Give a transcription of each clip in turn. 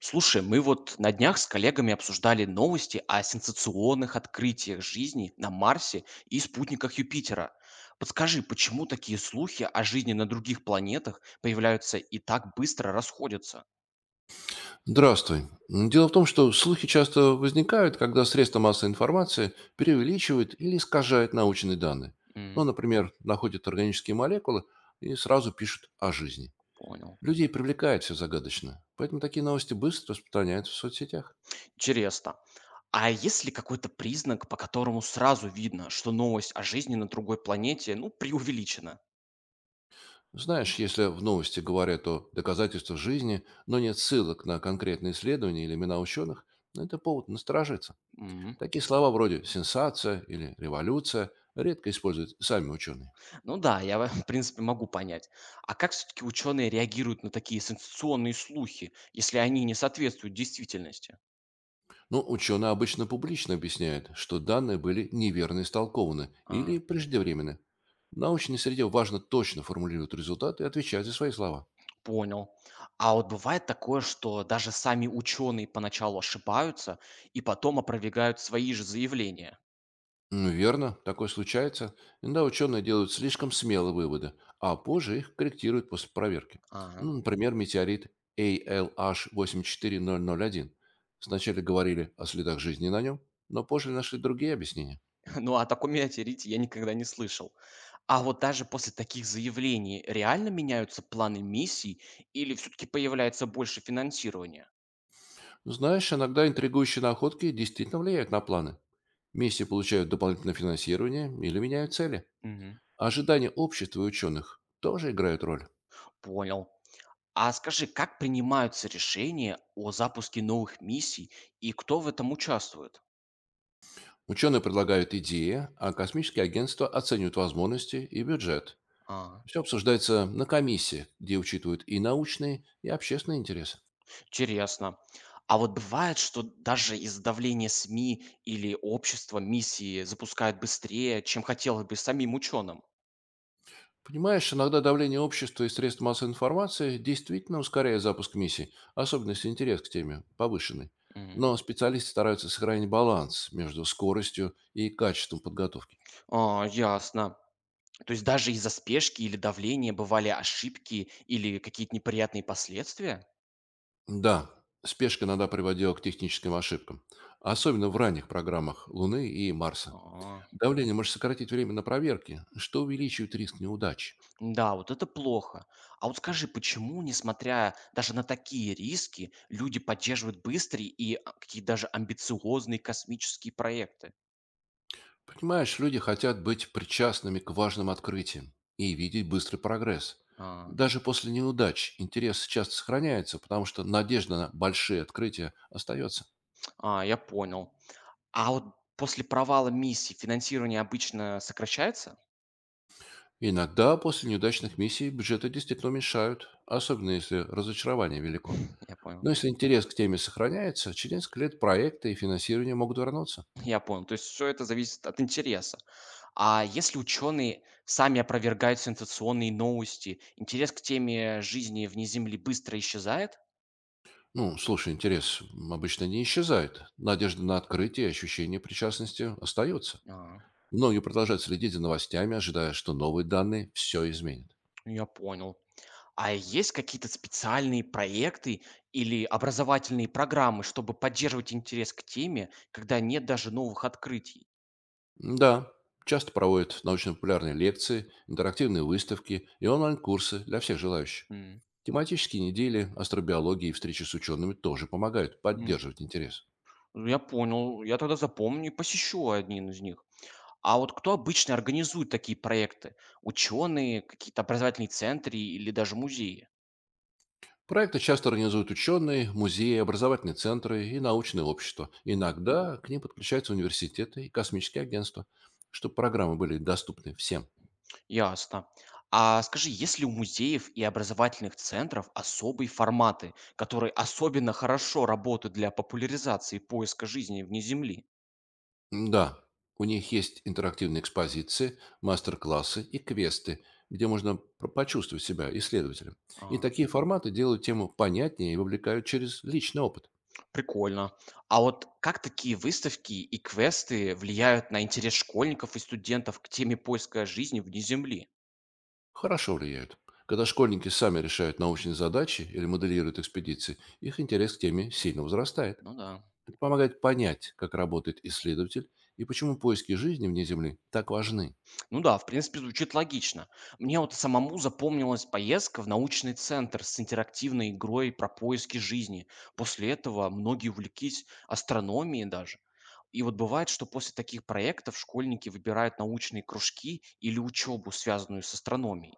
Слушай, мы вот на днях с коллегами обсуждали новости о сенсационных открытиях жизни на Марсе и спутниках Юпитера. Подскажи, почему такие слухи о жизни на других планетах появляются и так быстро расходятся? Здравствуй. Дело в том, что слухи часто возникают, когда средства массовой информации преувеличивают или искажают научные данные. М. Ну, например, находят органические молекулы и сразу пишут о жизни. Понял. Людей привлекает все загадочно, поэтому такие новости быстро распространяются в соцсетях. Интересно. А есть ли какой-то признак, по которому сразу видно, что новость о жизни на другой планете, ну, преувеличена? Знаешь, если в новости говорят о доказательствах жизни, но нет ссылок на конкретные исследования или имена ученых, ну, это повод насторожиться. Такие слова вроде «сенсация» или «революция» редко используют сами ученые. Ну да, я, в принципе, могу понять. А как все-таки ученые реагируют на такие сенсационные слухи, если они не соответствуют действительности? Но ученые обычно публично объясняют, что данные были неверно истолкованы или А, преждевременно. В научной среде важно точно формулировать результаты и отвечать за свои слова. понял. А вот бывает такое, что даже сами ученые поначалу ошибаются и потом опровергают свои же заявления. М, верно, такое случается. Иногда ученые делают слишком смелые выводы, а позже их корректируют после проверки. Ага. Ну, например, метеорит ALH84001. Сначала говорили о следах жизни на нем, но позже нашли другие объяснения. Ну, о таком метеорите я никогда не слышал. А вот даже после таких заявлений реально меняются планы миссий или все-таки появляется больше финансирования? Знаешь, иногда интригующие находки действительно влияют на планы. Миссии получают дополнительное финансирование или меняют цели. Мгм. Ожидания общества и ученых тоже играют роль. Понял. А скажи, как принимаются решения о запуске новых миссий и кто в этом участвует? Ученые предлагают идеи, а космические агентства оценивают возможности и бюджет. А, Все обсуждается на комиссии, где учитывают и научные, и общественные интересы. интересно. А вот бывает, что даже из-за давления СМИ или общества миссии запускают быстрее, чем хотелось бы самим ученым? Понимаешь, иногда давление общества и средств массовой информации действительно ускоряет запуск миссий, особенно если интерес к теме повышенный. Мгм. Но специалисты стараются сохранить баланс между скоростью и качеством подготовки. А, ясно. То есть даже из-за спешки или давления бывали ошибки или какие-то неприятные последствия? Да, спешка иногда приводила к техническим ошибкам, особенно в ранних программах Луны и Марса. А. Давление может сократить время на проверки, что увеличивает риск неудачи. Да, вот это плохо. А вот скажи, почему, несмотря даже на такие риски, люди поддерживают быстрые и какие даже амбициозные космические проекты? Понимаешь, люди хотят быть причастными к важным открытиям и видеть быстрый прогресс. А, Даже после неудач интерес часто сохраняется, потому что надежда на большие открытия остается. а, я понял. А вот после провала миссии финансирование обычно сокращается? Иногда после неудачных миссий бюджеты действительно уменьшают, особенно если разочарование велико. Я Но понял. если интерес к теме сохраняется, через несколько лет проекты и финансирование могут вернуться. Я понял. То есть все это зависит от интереса. А если ученые сами опровергают сенсационные новости, интерес к теме жизни вне Земли быстро исчезает? Ну, слушай, интерес обычно не исчезает. Надежда на открытие и ощущение причастности остается. А, Многие продолжают следить за новостями, ожидая, что новые данные все изменят. я понял. А есть какие-то специальные проекты или образовательные программы, чтобы поддерживать интерес к теме, когда нет даже новых открытий? Да, часто проводят научно-популярные лекции, интерактивные выставки и онлайн-курсы для всех желающих. М. Тематические недели, астробиологии и встречи с учеными тоже помогают М, поддерживать интерес. я понял, я тогда запомню и посещу один из них. А вот кто обычно организует такие проекты? Ученые, какие-то образовательные центры или даже музеи? Проекты часто организуют ученые, музеи, образовательные центры и научные общества. М, Иногда к ним подключаются университеты и космические агентства, чтобы программы были доступны всем. ясно. А скажи, есть ли у музеев и образовательных центров особые форматы, которые особенно хорошо работают для популяризации поиска жизни вне Земли? Да, у них есть интерактивные экспозиции, мастер-классы и квесты, где можно почувствовать себя исследователем. И А, такие форматы делают тему понятнее и вовлекают через личный опыт. прикольно. А вот как такие выставки и квесты влияют на интерес школьников и студентов к теме поиска жизни вне Земли? Хорошо влияют. Когда школьники сами решают научные задачи или моделируют экспедиции, их интерес к теме сильно возрастает. Ну да. Это помогает понять, как работает исследователь и почему поиски жизни вне Земли так важны. Ну да, в принципе, звучит логично. Мне вот самому запомнилась поездка в научный центр с интерактивной игрой про поиски жизни. После этого многие увлеклись астрономией даже. И вот бывает, что после таких проектов школьники выбирают научные кружки или учебу, связанную с астрономией.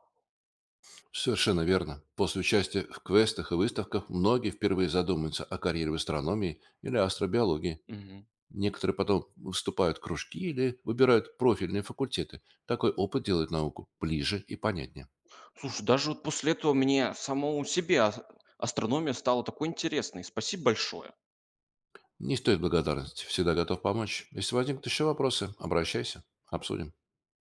Совершенно верно. После участия в квестах и выставках многие впервые задумываются о карьере в астрономии или астробиологии. Мгм. Некоторые потом выступают в кружки или выбирают профильные факультеты. Такой опыт делает науку ближе и понятнее. Слушай, даже вот после этого мне самому себе ас астрономия стала такой интересной. Спасибо большое. Не стоит благодарности. Всегда готов помочь. Если возникнут еще вопросы, обращайся. Обсудим.